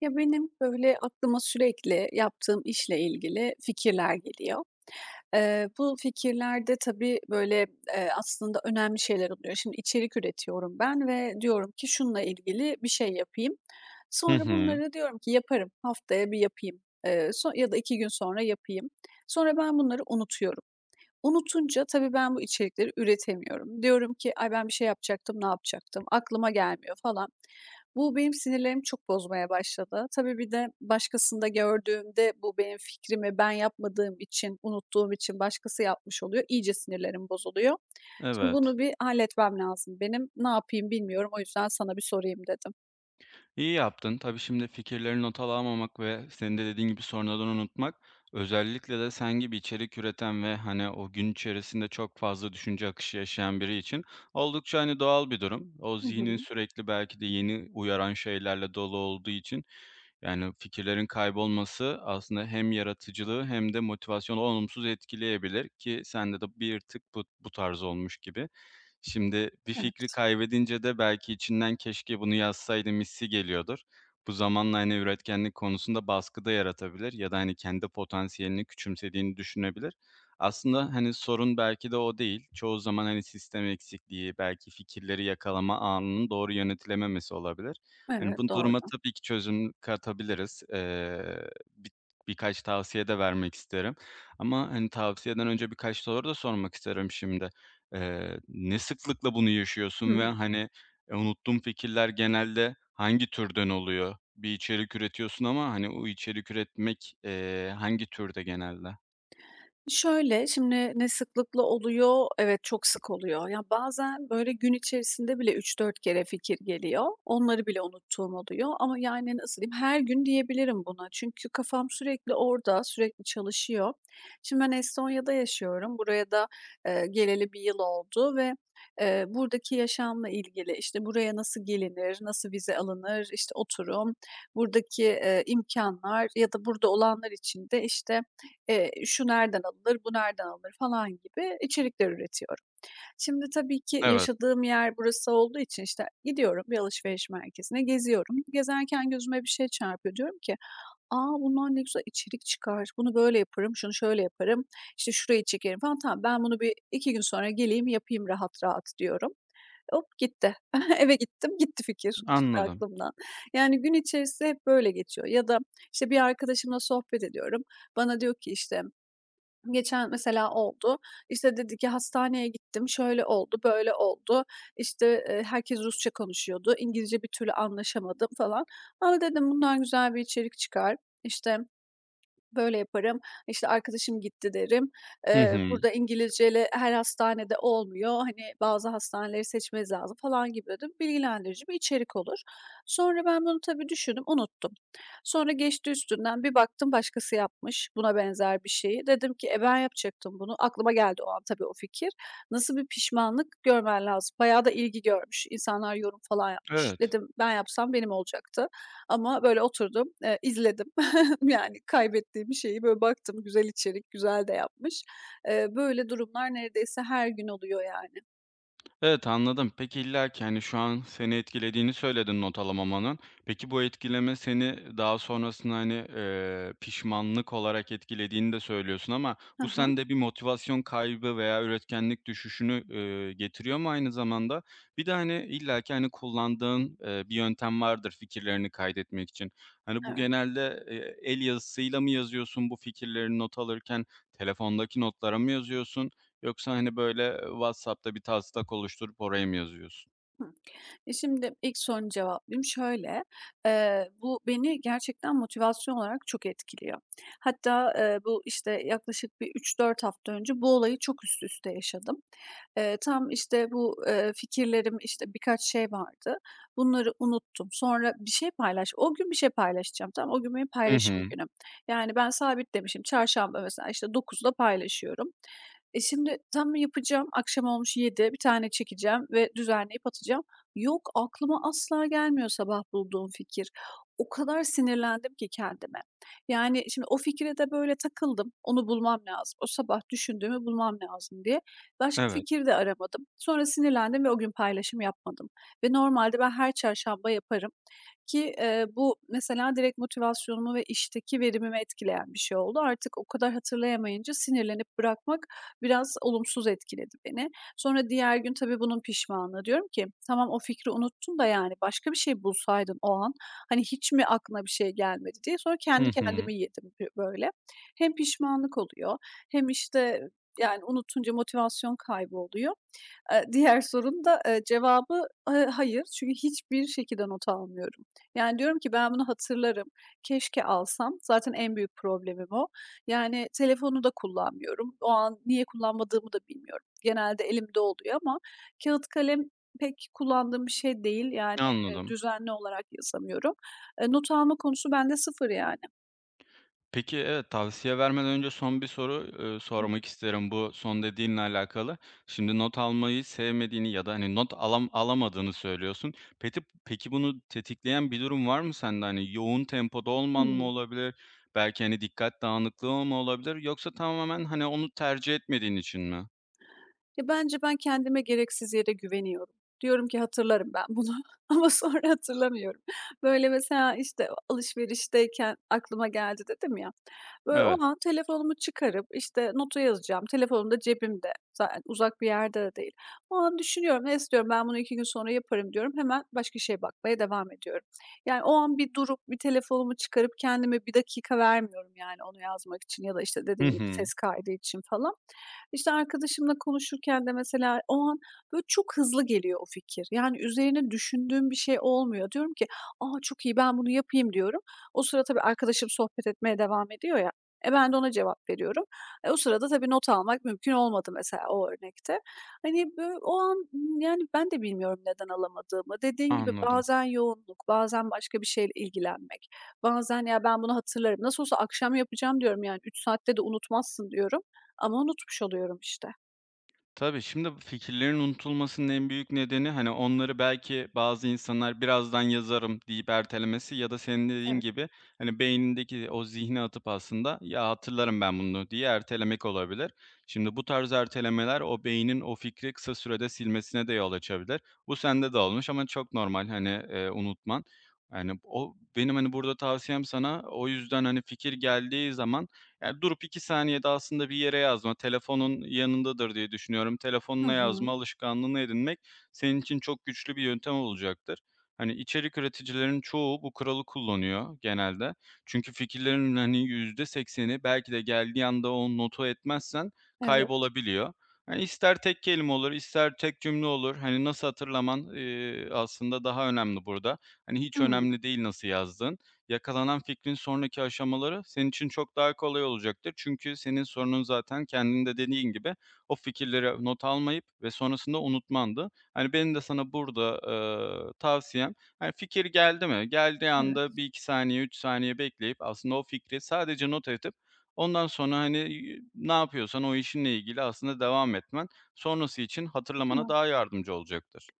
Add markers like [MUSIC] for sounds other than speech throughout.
Ya, benim, böyle, aklıma sürekli yaptığım işle ilgili fikirler geliyor. Bu fikirlerde tabii, böyle, aslında önemli şeyler oluyor. Şimdi içerik üretiyorum ben ve diyorum ki şununla ilgili bir şey yapayım. Hı Sonra hı. bunları diyorum ki yaparım, haftaya bir yapayım, ya da 2 gün sonra yapayım. Sonra ben bunları unutuyorum. Unutunca tabii ben bu içerikleri üretemiyorum. Diyorum ki, "Ay, ben bir şey yapacaktım, ne yapacaktım? Aklıma gelmiyor." falan. Bu benim sinirlerimi çok bozmaya başladı. Tabii bir de başkasında gördüğümde bu benim fikrimi ben yapmadığım için, unuttuğum için başkası yapmış oluyor. İyice sinirlerim bozuluyor. Şimdi Evet. bunu bir halletmem lazım benim. Ne yapayım bilmiyorum. O yüzden sana bir sorayım dedim. İyi yaptın. Tabii şimdi fikirlerini not alamamak ve senin de dediğin gibi sonradan unutmak, özellikle de sen gibi içerik üreten ve hani o gün içerisinde çok fazla düşünce akışı yaşayan biri için oldukça hani doğal bir durum. O Hı hı. zihnin sürekli belki de yeni uyaran şeylerle dolu olduğu için yani fikirlerin kaybolması aslında hem yaratıcılığı hem de motivasyonu olumsuz etkileyebilir ki sende de bir tık bu tarz olmuş gibi. Şimdi bir fikri Evet. kaybedince de belki içinden "Keşke bunu yazsaydım." hissi geliyordur. Bu zamanla, hani, üretkenlik konusunda baskı da yaratabilir ya da, hani, kendi potansiyelini küçümsediğini düşünebilir. Aslında, hani, sorun belki de o değil. Çoğu zaman, hani, sistem eksikliği, belki fikirleri yakalama anının doğru yönetilememesi olabilir. Hani, Evet, bu duruma doğru. tabii ki çözüm katabiliriz. Bi Birkaç tavsiye de vermek isterim ama, hani, tavsiyeden önce birkaç soru da sormak isterim şimdi. Ne sıklıkla bunu yaşıyorsun ve, Hı. hani, unuttuğun fikirler genelde hangi türden oluyor? Bir içerik üretiyorsun ama, hani, o içerik üretmek, hangi türde genelde? Şöyle, şimdi ne sıklıkla oluyor? Evet, çok sık oluyor. Ya, bazen, böyle, gün içerisinde bile 3-4 kere fikir geliyor. Onları bile unuttuğum oluyor ama, yani, nasıl diyeyim, her gün diyebilirim buna. Çünkü kafam sürekli orada, sürekli çalışıyor. Şimdi ben Estonya'da yaşıyorum. Buraya da, geleli bir yıl oldu ve, buradaki yaşamla ilgili, işte, buraya nasıl gelinir, nasıl vize alınır, işte, oturum, buradaki, imkânlar ya da burada olanlar için de, işte, şu nereden alınır, bu nereden alınır falan gibi içerikler üretiyorum. Şimdi tabii ki Evet, yaşadığım yer burası olduğu için işte gidiyorum bir alışveriş merkezine geziyorum. Gezerken gözüme bir şey çarpıyor. Diyorum ki, "Aa, bundan ne güzel içerik çıkar. Bunu böyle yaparım, şunu şöyle yaparım, işte şurayı çekerim falan. Tamam, ben bunu 1-2 gün sonra geleyim yapayım rahat rahat." diyorum. Hop gitti. [LAUGHS] Eve gittim, gitti fikir. Çıktı anladım. aklımdan. Yani gün içerisinde hep böyle geçiyor ya da işte bir arkadaşımla sohbet ediyorum. Bana diyor ki işte. Geçen mesela oldu. İşte, dedi ki, "Hastaneye gittim, şöyle oldu, böyle oldu." İşte, herkes Rusça konuşuyordu. İngilizce bir türlü anlaşamadım falan. Ama dedim, "Bundan güzel bir içerik çıkar." İşte, böyle yaparım, işte, "Arkadaşım gitti." derim. Hı hı. Burada İngilizceyle her hastanede olmuyor. Hani, bazı hastaneleri seçmeniz lazım falan gibi de bilgilendirici bir içerik olur. Sonra ben bunu tabii düşündüm, unuttum. Sonra geçti üstünden, bir baktım başkası yapmış buna benzer bir şeyi. Dedim ki, "E, ben yapacaktım bunu." Aklıma geldi o an tabii o fikir. Nasıl bir pişmanlık görmen lazım. Bayağı da ilgi görmüş. İnsanlar yorum falan yapmış. Evet. Dedim, "Ben yapsam benim olacaktı." Ama böyle oturdum, izledim. Yani kaybettiğim şeyi böyle baktım güzel içerik, güzel de yapmış. Böyle durumlar neredeyse her gün oluyor yani. Evet, anladım. Peki illa ki hani, şu an seni etkilediğini söyledin not alamamanın. Peki bu etkileme seni daha sonrasında, hani, pişmanlık olarak etkilediğini de söylüyorsun ama Hı bu hı. sende bir motivasyon kaybı veya üretkenlik düşüşünü, getiriyor mu aynı zamanda? Bir de, hani, illa ki hani, kullandığın, bir yöntem vardır fikirlerini kaydetmek için. Hani, bu Evet. genelde, el yazısıyla mı yazıyorsun bu fikirlerini not alırken? Telefondaki notlara mı yazıyorsun? Yoksa, hani, böyle WhatsApp'ta bir taslak oluşturup oraya mı yazıyorsun? Hı. E, şimdi ilk sorunu cevaplayayım. Şöyle, bu beni gerçekten motivasyon olarak çok etkiliyor. Hatta, bu, işte, yaklaşık bir 3-4 hafta önce bu olayı çok üst üste yaşadım. Tam, işte, bu, fikirlerim, işte, birkaç şey vardı. Bunları unuttum. Sonra bir şey paylaş o gün bir şey paylaşacağım, tamam. O gün benim Hı paylaşım hı. günüm. Yani ben sabit demişim. Çarşamba mesela, işte, 9'da paylaşıyorum. E, şimdi tam yapacağım, akşam olmuş 7, bir tane çekeceğim ve düzenleyip atacağım. Yok, aklıma asla gelmiyor sabah bulduğum fikir. O kadar sinirlendim ki kendime. Yani şimdi o fikre de böyle takıldım. Onu bulmam lazım. O sabah düşündüğümü bulmam lazım diye. Başka Evet. fikir de aramadım. Sonra sinirlendim ve o gün paylaşım yapmadım. Ve normalde ben her çarşamba yaparım ki, bu mesela direkt motivasyonumu ve işteki verimimi etkileyen bir şey oldu. Artık o kadar hatırlayamayınca sinirlenip bırakmak biraz olumsuz etkiledi beni. Sonra diğer gün tabii bunun pişmanlığı. Diyorum ki, "Tamam, o fikri unuttun da, yani, başka bir şey bulsaydın o an, hani, hiç mi aklına bir şey gelmedi?" diye. Sonra Hı kendi hı. kendimi yedim böyle. Hem pişmanlık oluyor hem, işte, yani, unutunca motivasyon kaybı oluyor. Diğer sorun da, cevabı, hayır. Çünkü hiçbir şekilde not almıyorum. Yani, diyorum ki ben bunu hatırlarım, keşke alsam. Zaten en büyük problemim o. Yani, telefonu da kullanmıyorum. O an niye kullanmadığımı da bilmiyorum. Genelde elimde oluyor ama kağıt kalem pek kullandığım bir şey değil. Yani, Anladım. düzenli olarak yazamıyorum. Not alma konusu bende sıfır yani. Peki, evet, tavsiye vermeden önce son bir soru, sormak isterim bu son dediğinle alakalı. Şimdi not almayı sevmediğini ya da, hani, not alamadığını söylüyorsun. Peki bunu tetikleyen bir durum var mı sende? Hani, yoğun tempoda olman mı Hıı. olabilir? Belki, hani, dikkat dağınıklığı mı olabilir? Yoksa tamamen, hani, onu tercih etmediğin için mi? Ya, bence ben kendime gereksiz yere güveniyorum. Diyorum ki hatırlarım ben bunu [LAUGHS] ama sonra hatırlamıyorum. Böyle, mesela, işte, alışverişteyken aklıma geldi dedim ya, böyle, Evet. o an telefonumu çıkarıp, işte, notu yazacağım. Telefonum da cebimde. Zaten uzak bir yerde de değil. O an düşünüyorum, ne istiyorum, "ben bunu 2 gün sonra yaparım." diyorum. Hemen başka şeye bakmaya devam ediyorum. Yani, o an bir durup bir telefonumu çıkarıp kendime bir dakika vermiyorum, yani, onu yazmak için ya da, işte, Hı dediğin gibi hı. ses kaydı için falan. İşte, arkadaşımla konuşurken de mesela o an, böyle, çok hızlı geliyor o fikir. Yani, üzerine düşündüğüm bir şey olmuyor. Diyorum ki, "A, çok iyi, ben bunu yapayım." diyorum. O sıra tabii arkadaşım sohbet etmeye devam ediyor ya, e, ben de ona cevap veriyorum. E, o sırada tabii not almak mümkün olmadı mesela o örnekte. Hani, böyle, o an, yani, ben de bilmiyorum neden alamadığımı. Dediğin gibi Anladım. bazen yoğunluk, bazen başka bir şeyle ilgilenmek, bazen, "Ya, ben bunu hatırlarım, nasıl olsa akşam yapacağım." diyorum, "yani, 3 saatte de unutmazsın." diyorum. Ama unutmuş oluyorum işte. Tabii, şimdi fikirlerin unutulmasının en büyük nedeni, hani, onları belki bazı insanlar "Birazdan yazarım." deyip ertelemesi ya da senin dediğin Evet. gibi, hani, beynindeki o zihne atıp aslında "Ya, hatırlarım ben bunu." diye ertelemek olabilir. Şimdi bu tarz ertelemeler o beynin o fikri kısa sürede silmesine de yol açabilir. Bu sende de olmuş ama çok normal, hani, unutman. Yani, o benim, hani, burada tavsiyem sana o yüzden, hani, fikir geldiği zaman yani, durup 2 saniyede aslında bir yere yazma, telefonun yanındadır diye düşünüyorum. Hı Telefonuna yazma hı. alışkanlığını edinmek senin için çok güçlü bir yöntem olacaktır. Hani, içerik üreticilerin çoğu bu kuralı kullanıyor genelde. Çünkü fikirlerin, hani, %80'i belki de geldiği anda o notu etmezsen Evet. kaybolabiliyor. Hani, ister tek kelime olur, ister tek cümle olur. Hani, nasıl hatırlaman, aslında daha önemli burada. Hani, hiç Hımm. önemli değil nasıl yazdığın. Yakalanan fikrin sonraki aşamaları senin için çok daha kolay olacaktır. Çünkü senin sorunun zaten kendin de dediğin gibi o fikirleri not almayıp ve sonrasında unutmandı. Hani benim de sana burada, tavsiyem, hani, fikir geldi mi, geldiği anda Evet. 1-2 saniye, 3 saniye bekleyip aslında o fikri sadece not edip ondan sonra, hani, ne yapıyorsan o işinle ilgili aslında devam etmen sonrası için hatırlamana Tamam. daha yardımcı olacaktır.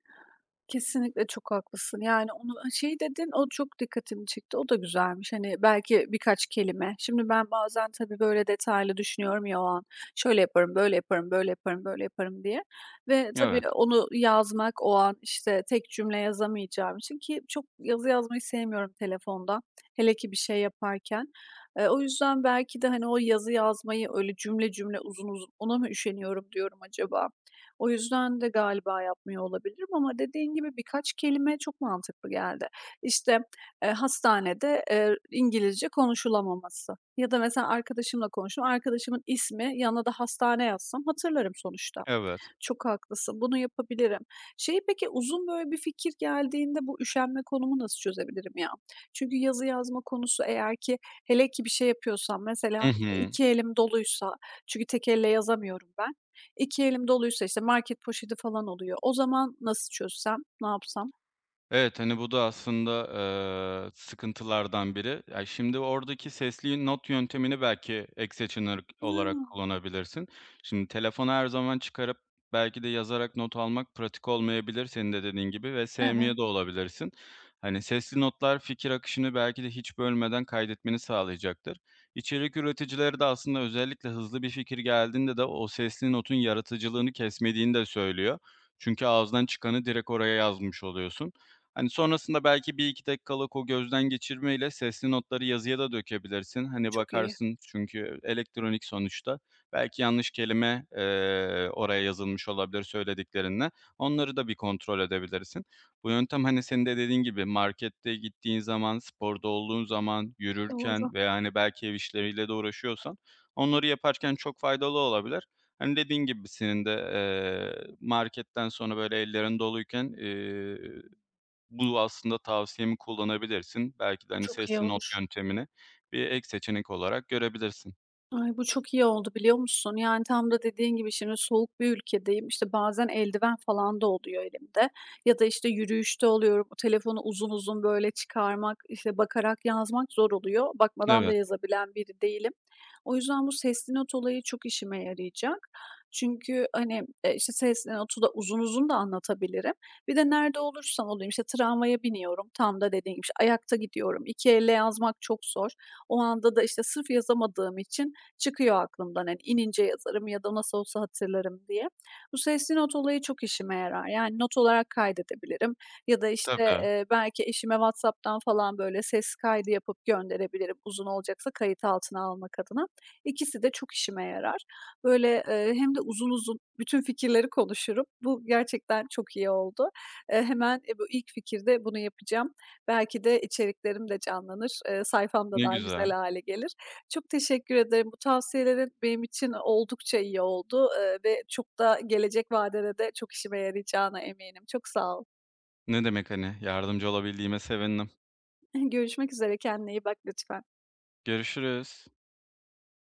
Kesinlikle çok haklısın. Yani onu şey dedin, o çok dikkatimi çekti. O da güzelmiş. Hani belki birkaç kelime. Şimdi ben bazen tabii böyle detaylı düşünüyorum ya o an. Şöyle yaparım, böyle yaparım, böyle yaparım, böyle yaparım diye. Ve tabii Evet, onu yazmak o an işte tek cümle yazamayacağım için ki çok yazı yazmayı sevmiyorum telefonda. Hele ki bir şey yaparken. E, o yüzden belki de hani o yazı yazmayı öyle cümle cümle uzun uzun ona mı üşeniyorum diyorum acaba? O yüzden de galiba yapmıyor olabilirim ama dediğin gibi birkaç kelime çok mantıklı geldi. İşte, hastanede, İngilizce konuşulamaması ya da mesela arkadaşımla konuştum, arkadaşımın ismi yanına da hastane yazsam hatırlarım sonuçta. evet. Çok haklısın. Bunu yapabilirim. Şey, peki uzun böyle bir fikir geldiğinde bu üşenme konumu nasıl çözebilirim ya? Çünkü yazı yazma konusu eğer ki, hele ki bir şey yapıyorsam mesela, Hı hı. iki elim doluysa, çünkü tek elle yazamıyorum ben. İki elim doluysa işte market poşeti falan oluyor. O zaman nasıl çözsem, ne yapsam? Evet, hani, bu da aslında, sıkıntılardan biri. Ya, şimdi oradaki sesli not yöntemini belki ek seçenek olarak Hıı. kullanabilirsin. Şimdi telefonu her zaman çıkarıp belki de yazarak not almak pratik olmayabilir senin de dediğin gibi ve sevmiyor da Evet, olabilirsin. Hani, sesli notlar fikir akışını belki de hiç bölmeden kaydetmeni sağlayacaktır. İçerik üreticileri de aslında özellikle hızlı bir fikir geldiğinde de o sesli notun yaratıcılığını kesmediğini de söylüyor. Çünkü ağızdan çıkanı direkt oraya yazmış oluyorsun. Hani, sonrasında belki 1-2 dakikalık o gözden geçirmeyle sesli notları yazıya da dökebilirsin. Hani, çok iyi. bakarsın çünkü elektronik sonuçta. Belki yanlış kelime, oraya yazılmış olabilir söylediklerinle. Onları da bir kontrol edebilirsin. Bu yöntem, hani, senin de dediğin gibi markette gittiğin zaman, sporda olduğun zaman, Doğru. yürürken veya, hani, belki ev işleriyle de uğraşıyorsan onları yaparken çok faydalı olabilir. Hani, dediğin gibi senin de, marketten sonra, böyle, ellerin doluyken, bu aslında tavsiyemi kullanabilirsin. Belki de, hani, Çok iyi sesli not olur. yöntemini bir ek seçenek olarak görebilirsin. Ay, bu çok iyi oldu, biliyor musun? Yani, tam da dediğin gibi şimdi soğuk bir ülkedeyim. İşte, bazen eldiven falan da oluyor elimde ya da, işte, yürüyüşte oluyorum. Telefonu uzun uzun, böyle, çıkarmak, işte, bakarak yazmak zor oluyor. Bakmadan da Evet, yazabilen biri değilim. O yüzden bu sesli not olayı çok işime yarayacak. Çünkü, hani, işte, sesli notu da uzun uzun da anlatabilirim. Bir de nerede olursam olayım, işte, tramvaya biniyorum, tam da dediğim gibi, işte, ayakta gidiyorum, İki elle yazmak çok zor. O anda da, işte, sırf yazamadığım için çıkıyor aklımdan, hani, inince yazarım ya da nasıl olsa hatırlarım diye. Bu sesli not olayı çok işime yarar. Yani not olarak kaydedebilirim ya da, işte, tabii. Belki eşime WhatsApp'tan falan, böyle, ses kaydı yapıp gönderebilirim uzun olacaksa kayıt altına almak adına. İkisi de çok işime yarar. Böyle, hem de uzun uzun bütün fikirleri konuşurum. Bu gerçekten çok iyi oldu. Hemen, bu ilk fikirde bunu yapacağım. Belki de içeriklerim de canlanır, sayfam da Ne daha güzel. güzel hale gelir. Çok teşekkür ederim. Bu tavsiyelerin benim için oldukça iyi oldu, ve çok da gelecek vadede de çok işime yarayacağına eminim. Çok sağ ol. Ne demek, hani, yardımcı olabildiğime sevindim. [LAUGHS] Görüşmek üzere, kendine iyi bak lütfen. Görüşürüz.